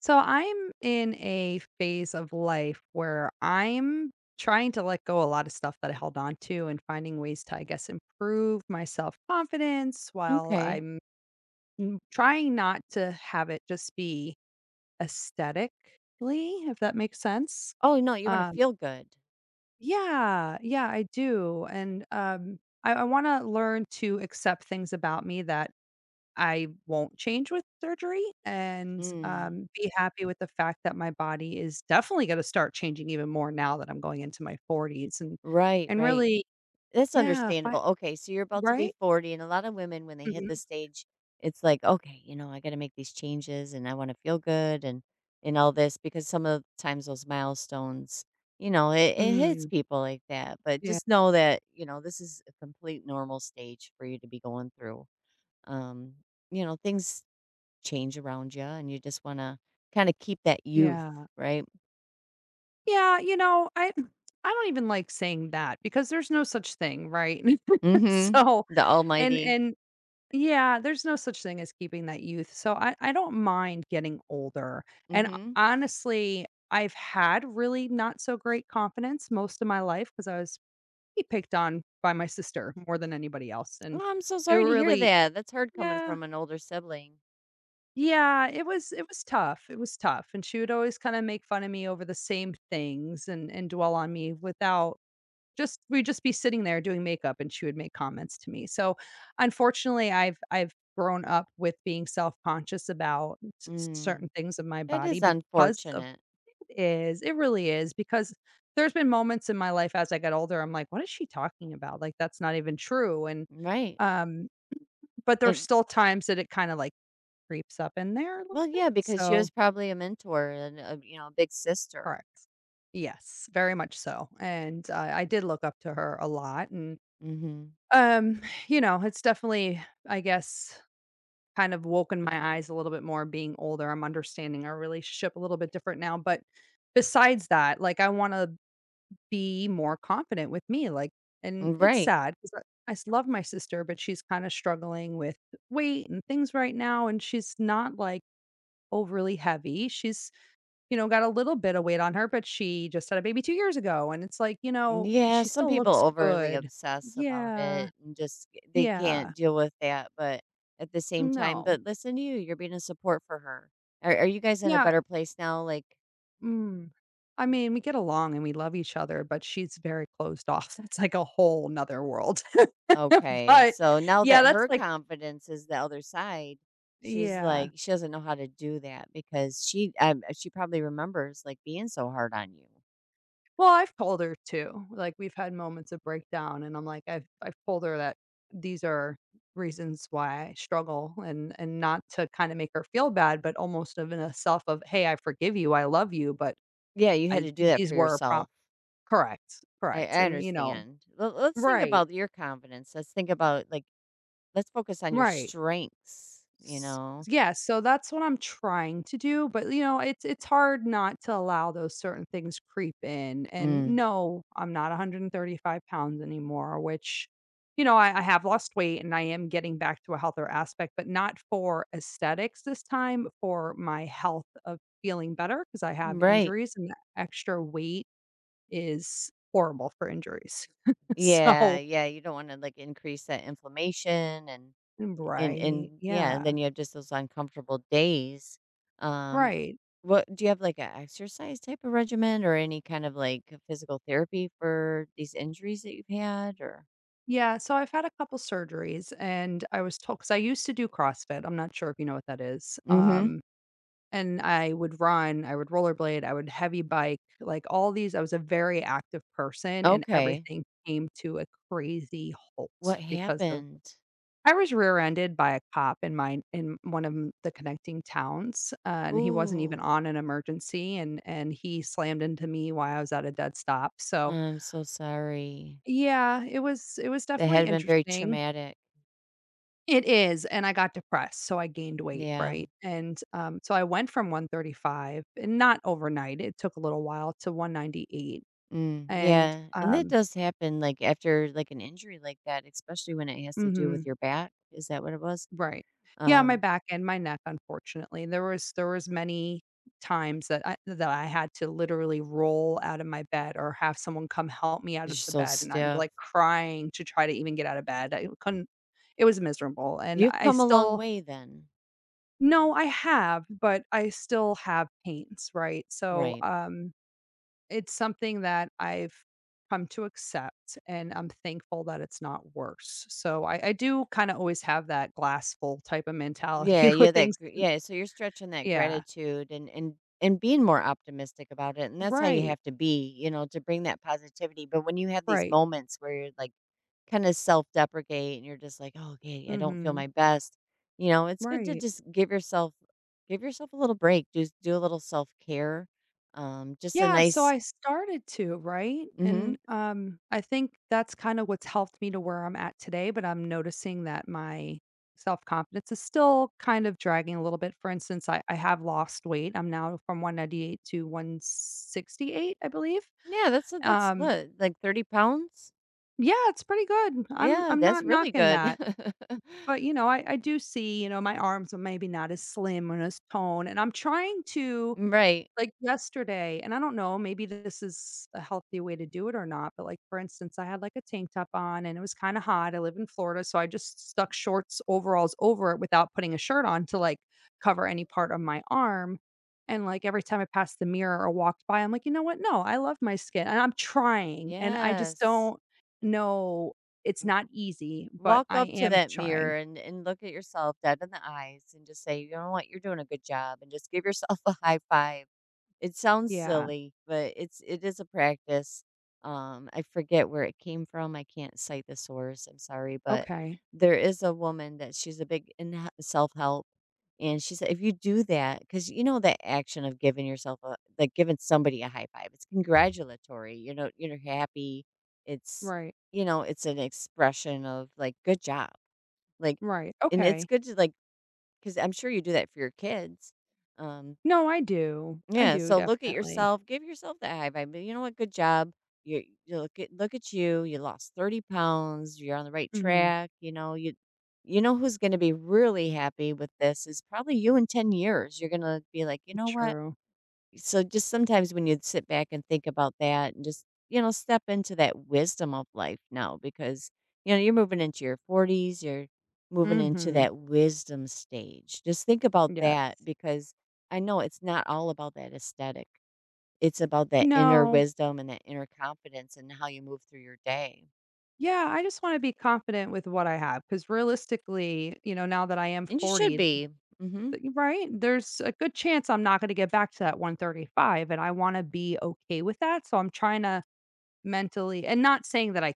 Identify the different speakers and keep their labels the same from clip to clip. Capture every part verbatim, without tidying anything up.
Speaker 1: So I'm in a phase of life where I'm trying to let go a lot of stuff that I held on to and finding ways to, I guess, improve my self confidence while
Speaker 2: Okay.
Speaker 1: I'm mm, trying not to have it just be aesthetically, if that makes sense.
Speaker 2: Oh, no, you wanna
Speaker 1: Um,
Speaker 2: feel good.
Speaker 1: yeah, yeah, I do. And um, I, I want to learn to accept things about me that I won't change with surgery and,
Speaker 2: Mm,
Speaker 1: um, be happy with the fact that my body is definitely gonna start changing even more now that I'm going into my forties and
Speaker 2: right,
Speaker 1: and
Speaker 2: right.
Speaker 1: really
Speaker 2: That's
Speaker 1: yeah, fi
Speaker 2: understandable. Okay, so you're about to be
Speaker 1: right?
Speaker 2: forty, and a lot of women, when they hit
Speaker 1: Mhm.
Speaker 2: this stage, it's like, "Okay, you know, I gotta make these changes, and I wanna feel good," and and all this, because some of the times those milestones, you know, it it hits
Speaker 1: Mm.
Speaker 2: people like that, but
Speaker 1: Yeah,
Speaker 2: just know that, you know, this is a complete normal stage for you to be going through. Um, you know, things change around you, and you just wanna kinda keep that youth,
Speaker 1: yeah.
Speaker 2: right?
Speaker 1: Yeah, you know, I I don't even like saying that because there's no such thing, right?
Speaker 2: Mhm.
Speaker 1: So
Speaker 2: The
Speaker 1: and
Speaker 2: almighty.
Speaker 1: and yeah, there's no such thing as keeping that youth. So I, I don't mind getting older. And ho-
Speaker 2: Mhm.
Speaker 1: honestly, I've had really not so great confidence most of my life because I was pretty picked on by my sister more than anybody else. And
Speaker 2: Oh, I'm so
Speaker 1: it
Speaker 2: sorry to hear
Speaker 1: really,
Speaker 2: that. That's hard coming
Speaker 1: yeah,
Speaker 2: from an older sibling.
Speaker 1: yeah, it was it was tough. It was tough. And she would always kind of make fun of me over the same things and and dwell on me without just we'd just be sitting there doing makeup and she would make comments to me. So, unfortunately, I've I've grown up with being self-conscious about s certain
Speaker 2: Mm.
Speaker 1: things of my
Speaker 2: That
Speaker 1: body
Speaker 2: is
Speaker 1: because of
Speaker 2: unfortunate.
Speaker 1: is it really is because there's been moments in my life as I got older, I'm like, "What is she talking about? Like, that's not even true." And,
Speaker 2: Right.
Speaker 1: um, but there's
Speaker 2: And,
Speaker 1: still times that it kinda, like, creeps up in there a
Speaker 2: well,
Speaker 1: little bit.
Speaker 2: yeah, because she
Speaker 1: So
Speaker 2: was probably a mentor and a, you know, a big sister.
Speaker 1: correct. Yes, very much so. And, uh, I did look up to her a lot, and
Speaker 2: Mhm.
Speaker 1: Um, you know, it's definitely, I guess, kind of woken my eyes a little bit more being older. I'm understanding our relationship a little bit different now, but besides that, like, I wanna be more confident with me, like and it's
Speaker 2: Right.
Speaker 1: sad 'cause I I s love my sister, but she's kinda struggling with weight and things right now, and she's not, like, overly heavy. She's, you know, got a little bit of weight on her, but she just had a baby two years ago, and it's like, you know,
Speaker 2: Yeah,
Speaker 1: she
Speaker 2: some
Speaker 1: still
Speaker 2: people
Speaker 1: looks
Speaker 2: overly
Speaker 1: good.
Speaker 2: obsess about
Speaker 1: Yeah.
Speaker 2: it and just eh, they
Speaker 1: Yeah.
Speaker 2: can't deal with that, but at the same time,
Speaker 1: No.
Speaker 2: but listen to you, you're being a support for her. Are, are you guys in a
Speaker 1: Yeah,
Speaker 2: better place now? Like,
Speaker 1: mm. I mean, we get along and we love each other, but she's very closed off. That's like a whole whole 'nother world.
Speaker 2: okay,
Speaker 1: But,
Speaker 2: so now
Speaker 1: yeah,
Speaker 2: that
Speaker 1: that's
Speaker 2: her
Speaker 1: like
Speaker 2: confidence is the other side, she's
Speaker 1: yeah.
Speaker 2: like she doesn't know how to do that because she um, she probably remembers like being so hard on you.
Speaker 1: Well, I've told her too. Like, we've had moments of breakdown, and I'm like, I've I've told her that these are reasons why I struggle and and not to kinda make her feel bad, but almost of in a self of, "Hey, I forgive you, I love you, but
Speaker 2: Yeah, you had
Speaker 1: I
Speaker 2: to do that
Speaker 1: these
Speaker 2: for
Speaker 1: were a
Speaker 2: yourself.
Speaker 1: correct,
Speaker 2: I,
Speaker 1: correct,
Speaker 2: I
Speaker 1: and, you know
Speaker 2: understand. Let, let's think
Speaker 1: right,
Speaker 2: about your confidence. Let's think about like let's focus on your
Speaker 1: right.
Speaker 2: strengths. You
Speaker 1: S
Speaker 2: know,
Speaker 1: yeah, so that's what I'm trying to do, but, you know, it's it's hard not to allow those certain things creep in, and
Speaker 2: mm,
Speaker 1: no, I'm not one hundred thirty-five pounds anymore, which, you know, I I have lost weight and I am getting back to a healthier aspect, but not for aesthetics this time, for my health of feeling better because I have
Speaker 2: right?
Speaker 1: injuries and that extra weight is horrible for injuries.
Speaker 2: Yeah,
Speaker 1: So
Speaker 2: yeah. You don't want to like increase that inflammation. And And
Speaker 1: right,
Speaker 2: and yeah, and
Speaker 1: yeah,
Speaker 2: then you have just those uncomfortable days. Um,
Speaker 1: right.
Speaker 2: what do you have like an exercise type of regimen or any kind of like physical therapy for these injuries that you've had or?
Speaker 1: Yeah, so I've had a couple surgeries and I was told because I used to do CrossFit. I'm not sure if you know what that is.
Speaker 2: Mm-hmm.
Speaker 1: Um, and I would run, I would rollerblade, I would heavy bike, like all these. I was a very active person and
Speaker 2: Okay.
Speaker 1: everything came to a crazy
Speaker 2: What
Speaker 1: halt because of
Speaker 2: happened?
Speaker 1: I was rear-ended by a cop in my in one of m- the connecting towns, uh, and he wasn't even
Speaker 2: Ooh,
Speaker 1: on an emergency, and and he slammed into me while I was at a dead stop. So
Speaker 2: I'm so sorry.
Speaker 1: yeah, it was it was
Speaker 2: That
Speaker 1: definitely
Speaker 2: had been very
Speaker 1: interesting.
Speaker 2: traumatic.
Speaker 1: It is, and I got depressed, so I gained weight,
Speaker 2: Yeah.
Speaker 1: right? And, um, so I went from one hundred thirty-five and not overnight, it took a little while to one hundred ninety-eight
Speaker 2: Mm,
Speaker 1: and,
Speaker 2: yeah. And that
Speaker 1: um
Speaker 2: does happen like after like an injury like that, especially when it has to do
Speaker 1: mhm,
Speaker 2: with your back. Is that what it was?
Speaker 1: right. Yeah, my
Speaker 2: Um,
Speaker 1: back and my neck, unfortunately. There was there was many times that I that I had to literally roll out of my bed or have someone come help me out
Speaker 2: 'Cause
Speaker 1: of the
Speaker 2: you're so
Speaker 1: bed, and I'm,
Speaker 2: stiff.
Speaker 1: like, crying to try to even get out of bed. I couldn't it was miserable, and
Speaker 2: You've
Speaker 1: I
Speaker 2: come a long
Speaker 1: still
Speaker 2: way then.
Speaker 1: no, I have, but I still have pains, right? So,
Speaker 2: Right.
Speaker 1: um, it's something that I've come to accept, and I'm thankful that it's not worse. So, I I do kinda always have that glass full type of
Speaker 2: Yeah,
Speaker 1: mentality
Speaker 2: yeah,
Speaker 1: with
Speaker 2: that
Speaker 1: things.
Speaker 2: gr yeah, so you're stretching that
Speaker 1: Yeah.
Speaker 2: gratitude and and and being more optimistic about it, and that's how you
Speaker 1: Right,
Speaker 2: have to be, you know, to bring that positivity, but when you have these
Speaker 1: right.
Speaker 2: moments where you're, like, kinda self-deprecate and you're just like, "Oh, okay, I don't feel
Speaker 1: Mhm.
Speaker 2: my best," you know, it's good to
Speaker 1: Right.
Speaker 2: just give yourself give yourself a little break, do do a little self-care, um, just a
Speaker 1: Yeah, so
Speaker 2: nice.
Speaker 1: I started to, right? And
Speaker 2: Mhm.
Speaker 1: um I think that's kind of what's helped me to where I'm at today, but I'm noticing that my self-confidence is still kind of dragging a little bit. For instance, I, I have lost weight. I'm now from one hundred ninety-eight to one hundred sixty-eight, I believe.
Speaker 2: Yeah, that's that's
Speaker 1: Um
Speaker 2: what, like, thirty pounds?
Speaker 1: yeah, it's pretty good. I'm
Speaker 2: Yeah,
Speaker 1: I'm
Speaker 2: that's
Speaker 1: not
Speaker 2: really
Speaker 1: knocking
Speaker 2: good.
Speaker 1: that. But you know, I, I do see, you know, my arms are maybe not as slim and as toned. And I'm trying to
Speaker 2: Right.
Speaker 1: like yesterday, and I don't know, maybe this is a healthy way to do it or not, but like for instance, I had like a tank top on and it was kind of hot. I live in Florida, so I just stuck shorts, overalls over it without putting a shirt on to like cover any part of my arm. And like every time I passed the mirror or walked by, I'm like, you know what? No, I love my skin and I'm trying. And I just
Speaker 2: Yes.
Speaker 1: don't know. It's
Speaker 2: W-
Speaker 1: not easy, but
Speaker 2: Walk
Speaker 1: I
Speaker 2: up to
Speaker 1: am
Speaker 2: that
Speaker 1: trying.
Speaker 2: mirror and, and look at yourself dead in the eyes and just say, you know what, you're doing a good job and just give yourself a high five. It sounds
Speaker 1: Yeah.
Speaker 2: silly, but it's it is a practice. Um, I forget where it came from. I can't cite the source. I'm sorry, but
Speaker 1: Okay.
Speaker 2: there is a woman that she's a big in self help. And she said, if you do that, because you know that action of giving yourself a like giving somebody a high five, it's congratulatory. You know, you're happy. It's
Speaker 1: Right.
Speaker 2: you know, it's an expression of like good job. Like,
Speaker 1: Right.
Speaker 2: and it's
Speaker 1: Okay.
Speaker 2: good to like because I'm sure you do that for your kids. Um,
Speaker 1: No, I do. I
Speaker 2: yeah,
Speaker 1: do
Speaker 2: so look at
Speaker 1: definitely.
Speaker 2: yourself, give yourself that high five, but you know what, good job. You you look at look at you, you lost thirty pounds, you're on the right
Speaker 1: Mhm.
Speaker 2: track, you know, you you know who's gonna be really happy with this is probably you in ten years. You're gonna be like, you know what?
Speaker 1: True.
Speaker 2: So just sometimes when you'd sit back and think about that and just, you know, step into that wisdom of life now because, you know, you're moving into your forties, you're moving into
Speaker 1: Mhm.
Speaker 2: that wisdom stage. Just think about
Speaker 1: Yes.
Speaker 2: that because I know it's not all about that aesthetic. It's about that inner
Speaker 1: No.
Speaker 2: wisdom and that inner confidence and how you move through your day.
Speaker 1: Yeah, I just wanna be confident with what I have, because realistically, you know, now that I am
Speaker 2: And you should
Speaker 1: forty,
Speaker 2: be. Mhm.
Speaker 1: th right? There's a good chance I'm not gonna get back to that one thirty-five, and I wanna be okay with that, so I'm trying to mentally and not saying that I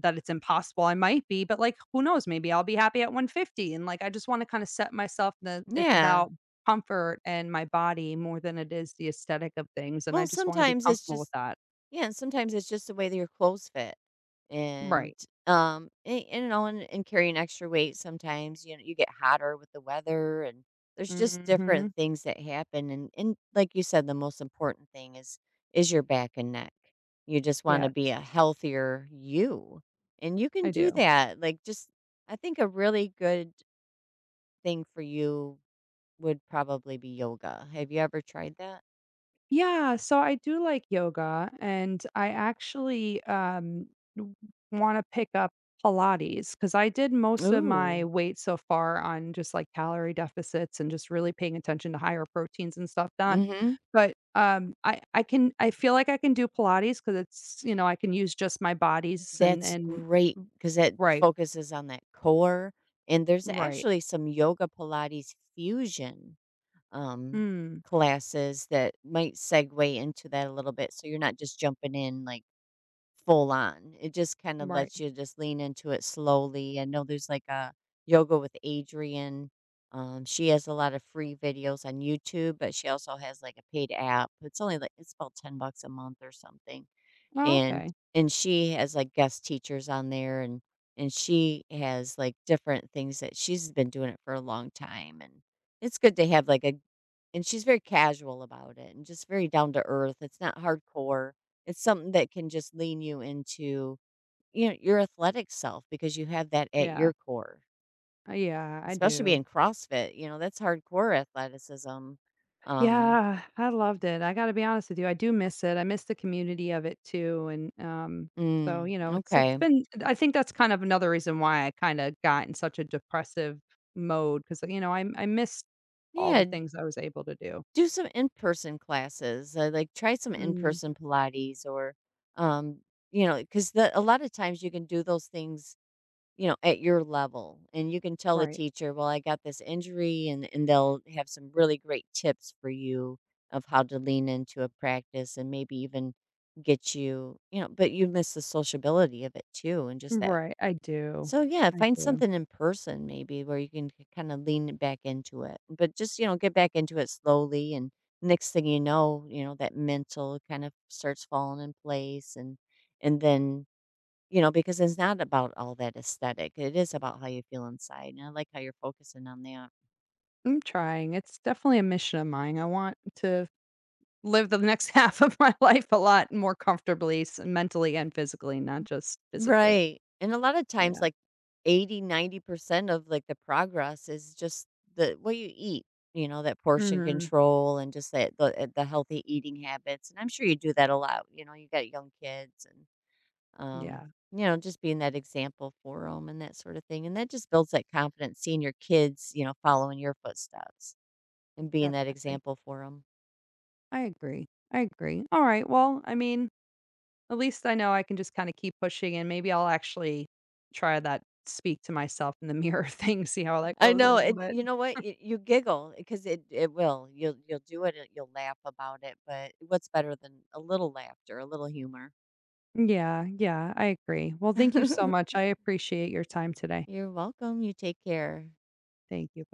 Speaker 1: that it's impossible, I might be, but, like, who knows? Maybe I'll be happy at one fifty, and, like, I just wanna kinda set myself that it's
Speaker 2: Yeah.
Speaker 1: about comfort and my body more than it is the aesthetic of things, and I
Speaker 2: Well,
Speaker 1: just wanna be
Speaker 2: sometimes it's
Speaker 1: comfortable with
Speaker 2: just
Speaker 1: that.
Speaker 2: Yeah, and sometimes it's just the way that your clothes fit. And
Speaker 1: Right.
Speaker 2: um and, and you know and, and carrying extra weight sometimes, you know, you get hotter with the weather, and there's just different
Speaker 1: Mhm.
Speaker 2: things that happen, and and like you said, the most important thing is is your back and neck. You just want to be
Speaker 1: Yes,
Speaker 2: a healthier you. And you can
Speaker 1: I
Speaker 2: do
Speaker 1: do.
Speaker 2: that. Like, just, I think a really good thing for you would probably be yoga. Have you ever tried that?
Speaker 1: Yeah, so I do like yoga, and I actually, um, wanna pick up Pilates because I did most of my
Speaker 2: Ooh.
Speaker 1: weight so far on just, like, calorie deficits and just really paying attention to higher proteins and stuff not
Speaker 2: Mhm.
Speaker 1: but, um, I I can I feel like I can do Pilates because it's you know, I can use just my bodies and
Speaker 2: That's
Speaker 1: and
Speaker 2: great because that
Speaker 1: right,
Speaker 2: focuses on that core, and there's
Speaker 1: right.
Speaker 2: actually some yoga Pilates fusion, um,
Speaker 1: Mm,
Speaker 2: classes that might segue into that a little bit, so you're not just jumping in, like, full on. It just kinda
Speaker 1: right.
Speaker 2: lets you just lean into it slowly. I know there's, like, a yoga with Adriene, um, she has a lot of free videos on YouTube, but she also has, like, a paid app. It's only, like, it's about ten bucks a month or something.
Speaker 1: Oh,
Speaker 2: and
Speaker 1: okay.
Speaker 2: and she has, like, guest teachers on there, and and she has, like, different things that she's been doing it for a long time, and it's good to have, like, a, and she's very casual about it and just very down to earth. It's not hardcore. It's something that can just lean you into, you know, your athletic self because you have that at
Speaker 1: Yeah.
Speaker 2: your core,
Speaker 1: Uh, yeah, I
Speaker 2: especially
Speaker 1: do.
Speaker 2: being CrossFit, you know, that's hardcore athleticism. Um,
Speaker 1: Yeah, I loved it. I gotta be honest with you, I do miss it. I miss the community of it too, and, um, so,
Speaker 2: mm,
Speaker 1: you know, it's it's
Speaker 2: okay.
Speaker 1: been I think that's kind of another reason why I kinda got in such a depressive mode because you know, I I missed all the
Speaker 2: Yeah.
Speaker 1: things I was able to do.
Speaker 2: Do some in-person classes, uh, like, try some
Speaker 1: Mm,
Speaker 2: in-person Pilates or, um, you know, because the a lot of times you can do those things, you know, at your level, and you can tell the
Speaker 1: right.
Speaker 2: teacher, "Well, I got this injury," and and they'll have some really great tips for you of how to lean into a practice and maybe even get you, you know, but you miss the sociability of it too and just that.
Speaker 1: Right, I do.
Speaker 2: So yeah,
Speaker 1: I
Speaker 2: find
Speaker 1: do.
Speaker 2: something in person maybe where you can kind of lean back into it. But just, you know, get back into it slowly, and next thing you know, you know, that mental kind of starts falling in place, and and then, you know, because it's not about all that aesthetic. It is about how you feel inside. And I like how you're focusing on that.
Speaker 1: I'm trying. It's definitely a mission of mine. I want to live the next half of my life a lot more comfortably s mentally and physically, not just physically.
Speaker 2: Right, and a lot of times,
Speaker 1: Yeah.
Speaker 2: like, eighty, ninety percent of, like, the progress is just the what you eat, you know, that portion
Speaker 1: Mhm.
Speaker 2: control, and just that the eh, the healthy eating habits, and I'm sure you do that a lot, you know, you got young kids and, um,
Speaker 1: Yeah.
Speaker 2: you know, just being that example for them and that sort of thing, and that just builds that confidence, seeing your kids, you know, following your footsteps and being that
Speaker 1: Definitely.
Speaker 2: example for them.
Speaker 1: I agree. I agree. All right. Well, I mean, at least I know I can just kind of keep pushing and maybe I'll actually try that speak to myself in the mirror thing, see how that
Speaker 2: I
Speaker 1: goes a
Speaker 2: know,
Speaker 1: little
Speaker 2: it.
Speaker 1: bit.
Speaker 2: You know what? You, you giggle because it it will. You'll you'll do it. And you'll laugh about it. But what's better than a little laughter, a little humor?
Speaker 1: Yeah. Yeah. I agree. Well, thank you so much. I appreciate your time today.
Speaker 2: You're welcome. You take care.
Speaker 1: Thank you.